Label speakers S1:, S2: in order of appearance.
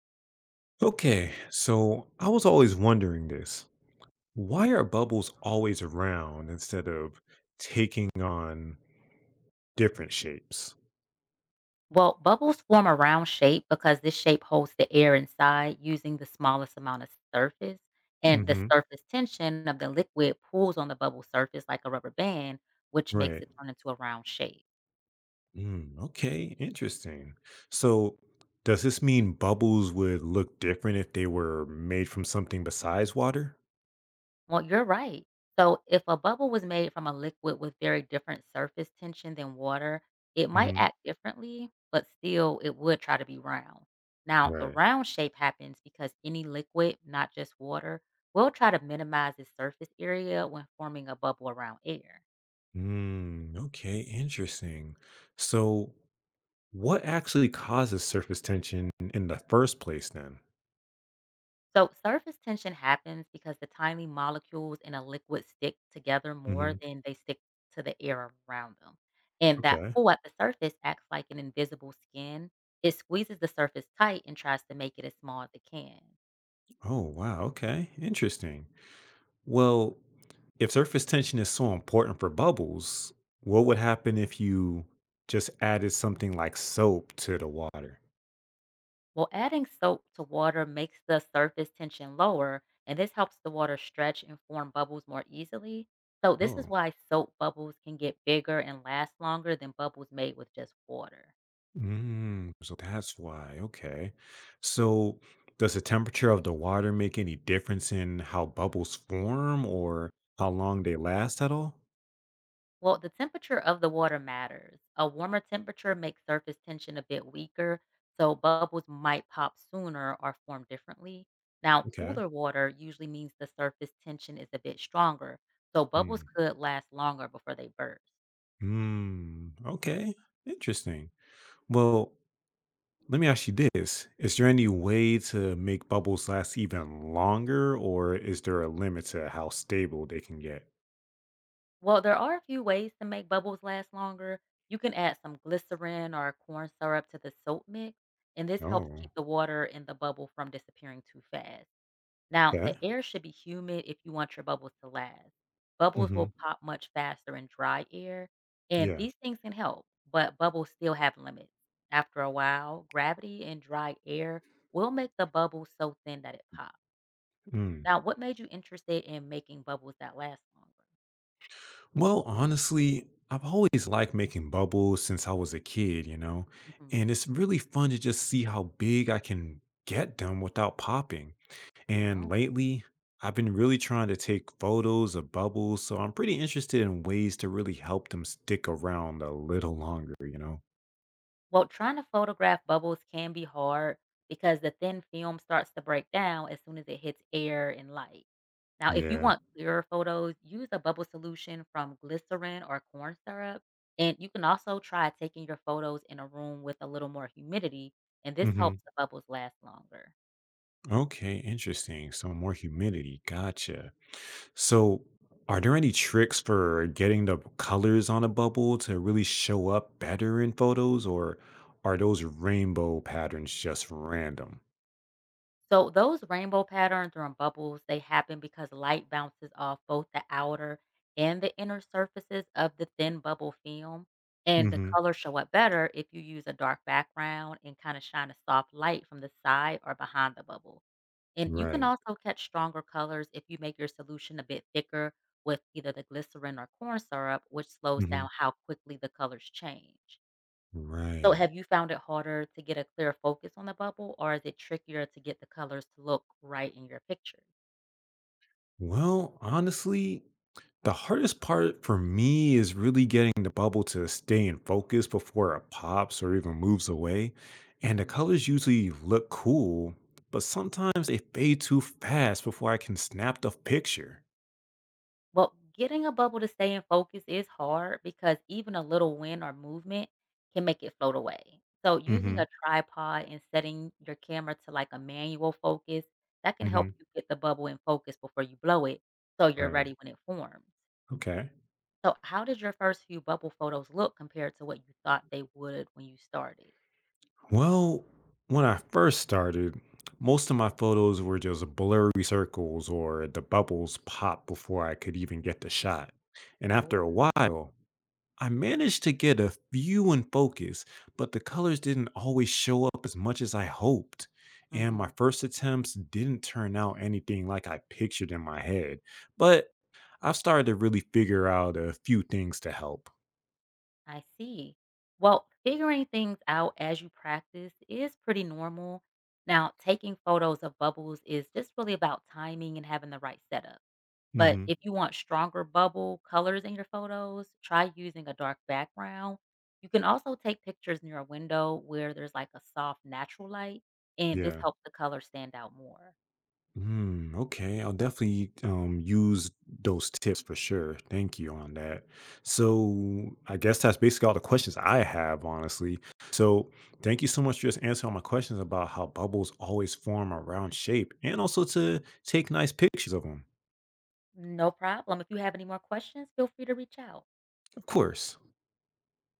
S1: Okay, so I was always wondering this. Why are bubbles always around instead of taking on different shapes?
S2: Well, bubbles form a round shape because this shape holds the air inside using the smallest amount of surface. And the
S1: Hmm.
S2: surface tension of the liquid pulls on the bubble surface like a rubber band, which makes
S1: Right.
S2: it turn into a round shape.
S1: Mm, okay, interesting. So, does this mean bubbles would look different if they were made from something besides water?
S2: Well, you're right. So, if a bubble was made from a liquid with very different surface tension than water, it might
S1: Hmm.
S2: act differently, but still it would try to be round. Now, the
S1: Right.
S2: round shape happens because any liquid, not just water, will try to minimize its surface area when forming a bubble around air.
S1: Mm, okay, interesting. So, what actually causes surface tension in the first place then?
S2: So, surface tension happens because the tiny molecules in a liquid stick together
S1: Hmm.
S2: more than they stick to the air around them. And that
S1: Okay.
S2: pull at the surface acts like an invisible skin. It squeezes the surface tight and tries to make it as small as it can.
S1: Oh, wow. Okay. Interesting. Well, if surface tension is so important for bubbles, what would happen if you just added something like soap to the water?
S2: Well, adding soap to water makes the surface tension lower, and this helps the water stretch and form bubbles more easily. So, this is
S1: Oh,
S2: why soap bubbles can get bigger and last longer than bubbles made with just water.
S1: mm, so that's why. Okay. So, does the temperature of the water make any difference in how bubbles form or how long they last at all?
S2: Well, the temperature of the water matters. A warmer temperature makes surface tension a bit weaker, so bubbles might pop sooner or form differently. Now,
S1: Okay.
S2: cooler water usually means the surface tension is a bit stronger, so bubbles
S1: Mm.
S2: could last longer before they burst.
S1: Mm. Okay. Interesting. Well, let me ask you this. Is there any way to make bubbles last even longer, or is there a limit to how stable they can get?
S2: Well, there are a few ways to make bubbles last longer. You can add some glycerin or corn syrup to the soap mix, and this helps
S1: Oh,
S2: keep the water in the bubble from disappearing too fast. Now, the
S1: okay.
S2: air should be humid if you want your bubbles to last. Bubbles
S1: Hmm.
S2: will pop much faster in dry air, and
S1: Yeah.
S2: these things can help, but bubbles still have limits. After a while, gravity and dry air will make the bubble so thin that it pops.
S1: Mm.
S2: Now, what made you interested in making bubbles that last longer?
S1: Well, honestly, I've always liked making bubbles since I was a kid, and
S2: Hmm.
S1: it's really fun to just see how big I can get them without popping. And lately, I've been really trying to take photos of bubbles, so I'm pretty interested in ways to really help them stick around a little longer, you know?
S2: Well, trying to photograph bubbles can be hard because the thin film starts to break down as soon as it hits air and light. Now, if you
S1: Yeah.
S2: want clearer photos, use a bubble solution from glycerin or corn syrup. And you can also try taking your photos in a room with a little more humidity, and this helps
S1: Hmm.
S2: the bubbles last longer.
S1: Okay, interesting. So more humidity. Gotcha. So are there any tricks for getting the colors on a bubble to really show up better in photos, or are those rainbow patterns just random?
S2: So those rainbow patterns or bubbles, they happen because light bounces off both the outer and the inner surfaces of the thin bubble film. And the
S1: Hmm.
S2: colors show up better if you use a dark background and kind of shine a soft light from the side or behind the bubble. And you can
S1: Right.
S2: also catch stronger colors if you make your solution a bit thicker with either the glycerin or corn syrup, which slows
S1: Hmm.
S2: down how quickly the colors change. So
S1: Right.
S2: have you found it harder to get a clear focus on the bubble, or is it trickier to get the colors to look right in your pictures?
S1: Well, honestly, the hardest part for me is really getting the bubble to stay in focus before it pops or even moves away. And the
S2: Mhm.
S1: colors usually look cool, but sometimes they fade too fast before I can snap the picture.
S2: Well, getting a bubble to stay in focus is hard because even a little wind or movement can make it float away. So using
S1: Hmm.
S2: a tripod and setting your camera to like a manual focus, that can help
S1: Hmm.
S2: you get the bubble in focus before you blow it so you're
S1: Right.
S2: ready when it forms.
S1: Okay.
S2: So how did your first few bubble photos look compared to what you thought they would when you started?
S1: Well, when I first started, most of my photos were just blurry circles or the bubbles pop before I could even get the shot. And after
S2: Sure.
S1: a while, I managed to get a few in focus, but the colors didn't always show up as much as I hoped. And my
S2: Mhm.
S1: first attempts didn't turn out anything like I pictured in my head. But I've started to really figure out a few things to help.
S2: I see. Well, figuring things out as you practice is pretty normal. Now, taking photos of bubbles is just really about timing and having the right setup. But
S1: Hmm.
S2: if you want stronger bubble colors in your photos, try using a dark background. You can also take pictures near a window where there's like a soft natural light, and this
S1: Yeah.
S2: helps the color stand out more.
S1: Hmm, okay, I'll definitely use those tips for sure. Thank you on that. So I guess that's basically all the questions I have, honestly. So thank you so much for just answering all my questions about how bubbles always form around shape and also to take nice pictures of them.
S2: No problem. If you have any more questions, feel free to reach out.
S1: Of course.